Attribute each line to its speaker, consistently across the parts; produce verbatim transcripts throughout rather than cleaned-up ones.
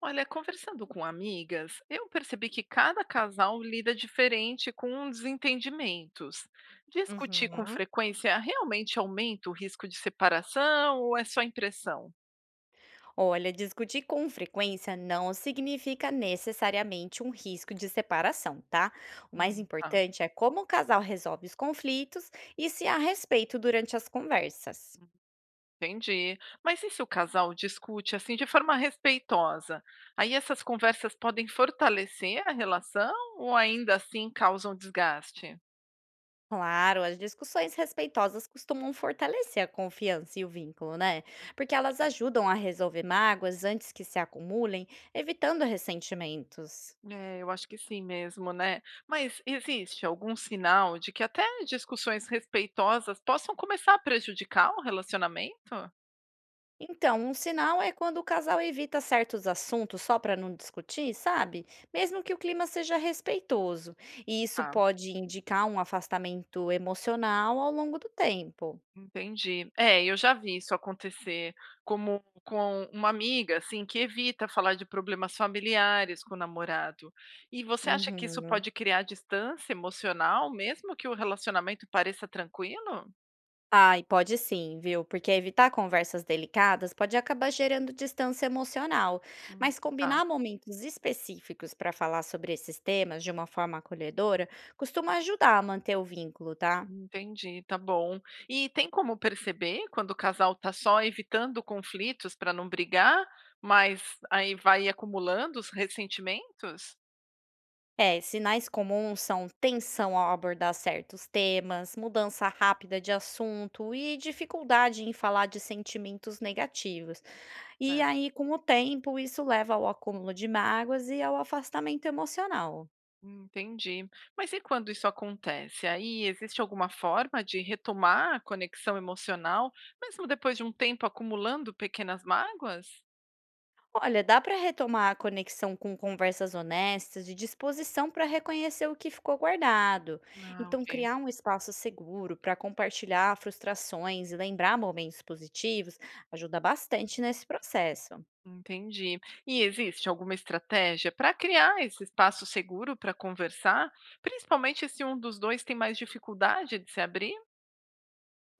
Speaker 1: Olha, conversando com amigas, eu percebi que cada casal lida diferente com desentendimentos. Discutir com
Speaker 2: Uhum.
Speaker 1: frequência realmente aumenta o risco de separação ou é só impressão?
Speaker 2: Olha, discutir com frequência não significa necessariamente um risco de separação, tá? O mais
Speaker 1: Hum, tá.
Speaker 2: importante é como o casal resolve os conflitos e se há respeito durante as conversas.
Speaker 1: Entendi. Mas e se o casal discute assim de forma respeitosa? Aí essas conversas podem fortalecer a relação ou ainda assim causam desgaste?
Speaker 2: Claro, as discussões respeitosas costumam fortalecer a confiança e o vínculo, né? Porque elas ajudam a resolver mágoas antes que se acumulem, evitando ressentimentos.
Speaker 1: É, eu acho que sim mesmo, né. Mas existe algum sinal de que até discussões respeitosas possam começar a prejudicar o relacionamento?
Speaker 2: Então, um sinal é quando o casal evita certos assuntos só para não discutir, sabe? Mesmo que o clima seja respeitoso. E isso
Speaker 1: Tá,
Speaker 2: pode indicar um afastamento emocional ao longo do tempo.
Speaker 1: entendi. É, eu já vi isso acontecer, como com uma amiga, assim, que evita falar de problemas familiares com o namorado. E você acha que isso
Speaker 2: Uhum.
Speaker 1: pode criar distância emocional, mesmo que o relacionamento pareça tranquilo?
Speaker 2: Ai, pode sim, viu? Porque evitar conversas delicadas pode acabar gerando distância emocional.
Speaker 1: Hum,
Speaker 2: Mas
Speaker 1: tá.
Speaker 2: combinar momentos específicos para falar sobre esses temas de uma forma acolhedora costuma ajudar a manter o vínculo, tá?
Speaker 1: Entendi, tá bom. E tem como perceber quando o casal tá só evitando conflitos para não brigar, mas aí vai acumulando os ressentimentos?
Speaker 2: É, sinais comuns são tensão ao abordar certos temas, mudança rápida de assunto e dificuldade em falar de sentimentos negativos. E
Speaker 1: Certo.
Speaker 2: aí, com o tempo, isso leva ao acúmulo de mágoas e ao afastamento emocional.
Speaker 1: Entendi. Mas e quando isso acontece? Aí existe alguma forma de retomar a conexão emocional, mesmo depois de um tempo acumulando pequenas mágoas?
Speaker 2: Olha, dá para retomar a conexão com conversas honestas e disposição para reconhecer o que ficou guardado.
Speaker 1: Ah,
Speaker 2: Então,
Speaker 1: ok.
Speaker 2: criar um espaço seguro para compartilhar frustrações e lembrar momentos positivos ajuda bastante nesse processo.
Speaker 1: Entendi. E existe alguma estratégia para criar esse espaço seguro para conversar, principalmente se um dos dois tem mais dificuldade de se abrir?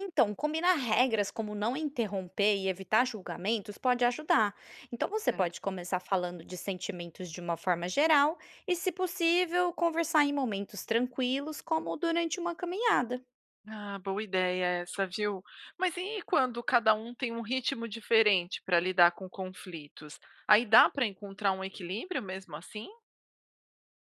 Speaker 2: Então, combinar regras como não interromper e evitar julgamentos pode ajudar. Então, você pode
Speaker 1: Certo.
Speaker 2: começar falando de sentimentos de uma forma geral e, se possível, conversar em momentos tranquilos, como durante uma caminhada.
Speaker 1: Ah, boa ideia essa, viu? Mas e quando cada um tem um ritmo diferente para lidar com conflitos? Aí dá para encontrar um equilíbrio mesmo assim?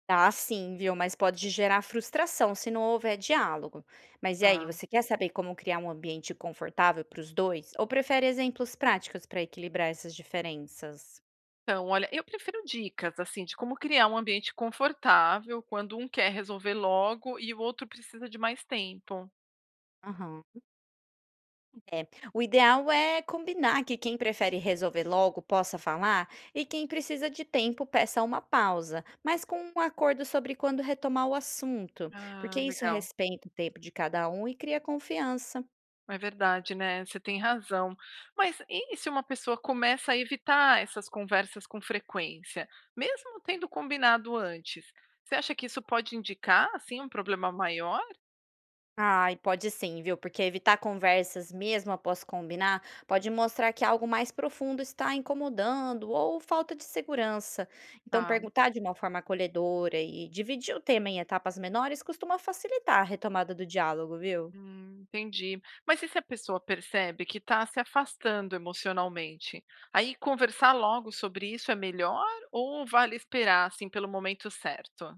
Speaker 2: Tá sim, viu? Mas pode gerar frustração se não houver diálogo. Mas e aí,
Speaker 1: Tá.
Speaker 2: você quer saber como criar um ambiente confortável para os dois? Ou prefere exemplos práticos para equilibrar essas diferenças?
Speaker 1: Então, olha, eu prefiro dicas assim de como criar um ambiente confortável quando um quer resolver logo e o outro precisa de mais tempo.
Speaker 2: Aham. É, o ideal é combinar que quem prefere resolver logo possa falar e quem precisa de tempo peça uma pausa, mas com um acordo sobre quando retomar o assunto, porque
Speaker 1: Ah,
Speaker 2: isso
Speaker 1: legal.
Speaker 2: respeita o tempo de cada um e cria confiança.
Speaker 1: É verdade, né, você tem razão. Mas e se uma pessoa começa a evitar essas conversas com frequência, mesmo tendo combinado antes? Você acha que isso pode indicar, assim, um problema maior?
Speaker 2: Ai, pode sim, viu? Porque evitar conversas mesmo após combinar pode mostrar que algo mais profundo está incomodando ou falta de segurança. Então,
Speaker 1: Tá,
Speaker 2: perguntar de uma forma acolhedora e dividir o tema em etapas menores costuma facilitar a retomada do diálogo, viu?
Speaker 1: hum, entendi. Mas e se a pessoa percebe que está se afastando emocionalmente? Aí conversar logo sobre isso é melhor ou vale esperar, assim, pelo momento certo?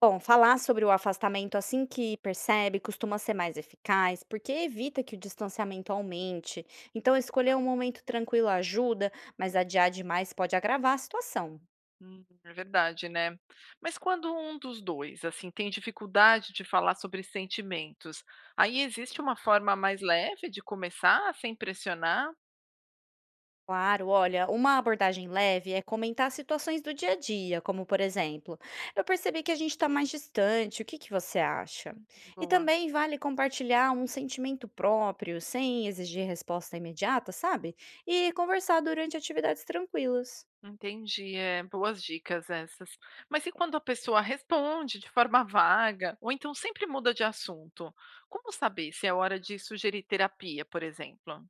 Speaker 2: Bom, falar sobre o afastamento assim que percebe costuma ser mais eficaz, porque evita que o distanciamento aumente. Então, escolher um momento tranquilo ajuda, mas adiar demais pode agravar a situação.
Speaker 1: Hum, é verdade, né. Mas quando um dos dois assim, tem dificuldade de falar sobre sentimentos, aí existe uma forma mais leve de começar sem pressionar?
Speaker 2: Claro, olha, uma abordagem leve é comentar situações do dia a dia, como por exemplo, eu percebi que a gente está mais distante, o que que você acha?
Speaker 1: Hum,
Speaker 2: E
Speaker 1: boa,
Speaker 2: também vale compartilhar um sentimento próprio, sem exigir resposta imediata, sabe? E conversar durante atividades tranquilas.
Speaker 1: entendi, é, boas dicas essas. Mas e quando a pessoa responde de forma vaga, ou então sempre muda de assunto? Como saber se é hora de sugerir terapia, por exemplo?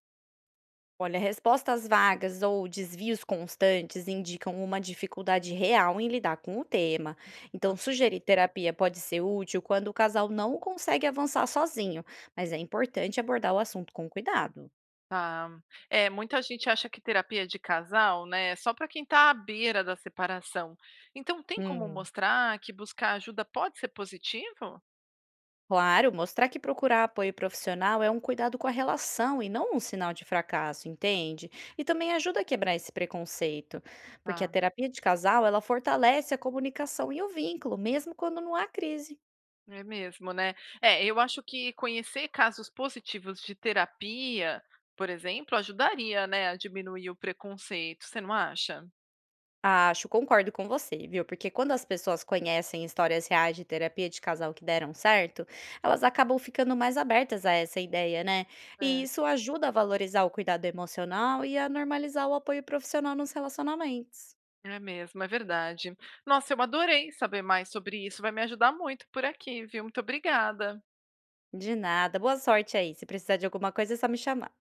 Speaker 2: Olha, respostas vagas ou desvios constantes indicam uma dificuldade real em lidar com o tema. Então, sugerir terapia pode ser útil quando o casal não consegue avançar sozinho, mas é importante abordar o assunto com cuidado.
Speaker 1: Tá. É, muita gente acha que terapia é de casal, né, é só para quem está à beira da separação. Então tem como
Speaker 2: Hum.
Speaker 1: mostrar que buscar ajuda pode ser positivo?
Speaker 2: Claro, mostrar que procurar apoio profissional é um cuidado com a relação e não um sinal de fracasso, entende? E também ajuda a quebrar esse preconceito, porque a
Speaker 1: Tá,
Speaker 2: terapia de casal, ela fortalece a comunicação e o vínculo, mesmo quando não há crise.
Speaker 1: é mesmo, né? É, eu acho que conhecer casos positivos de terapia, por exemplo, ajudaria, né, a diminuir o preconceito, você não acha?
Speaker 2: Acho, concordo com você, viu? Porque quando as pessoas conhecem histórias reais de terapia de casal que deram certo, elas acabam ficando mais abertas a essa ideia, né? E
Speaker 1: É,
Speaker 2: isso ajuda a valorizar o cuidado emocional e a normalizar o apoio profissional nos relacionamentos.
Speaker 1: é mesmo, é verdade. Nossa, eu adorei saber mais sobre isso, vai me ajudar muito por aqui, viu? Muito obrigada.
Speaker 2: De nada, boa sorte aí. Se precisar de alguma coisa, é só me chamar.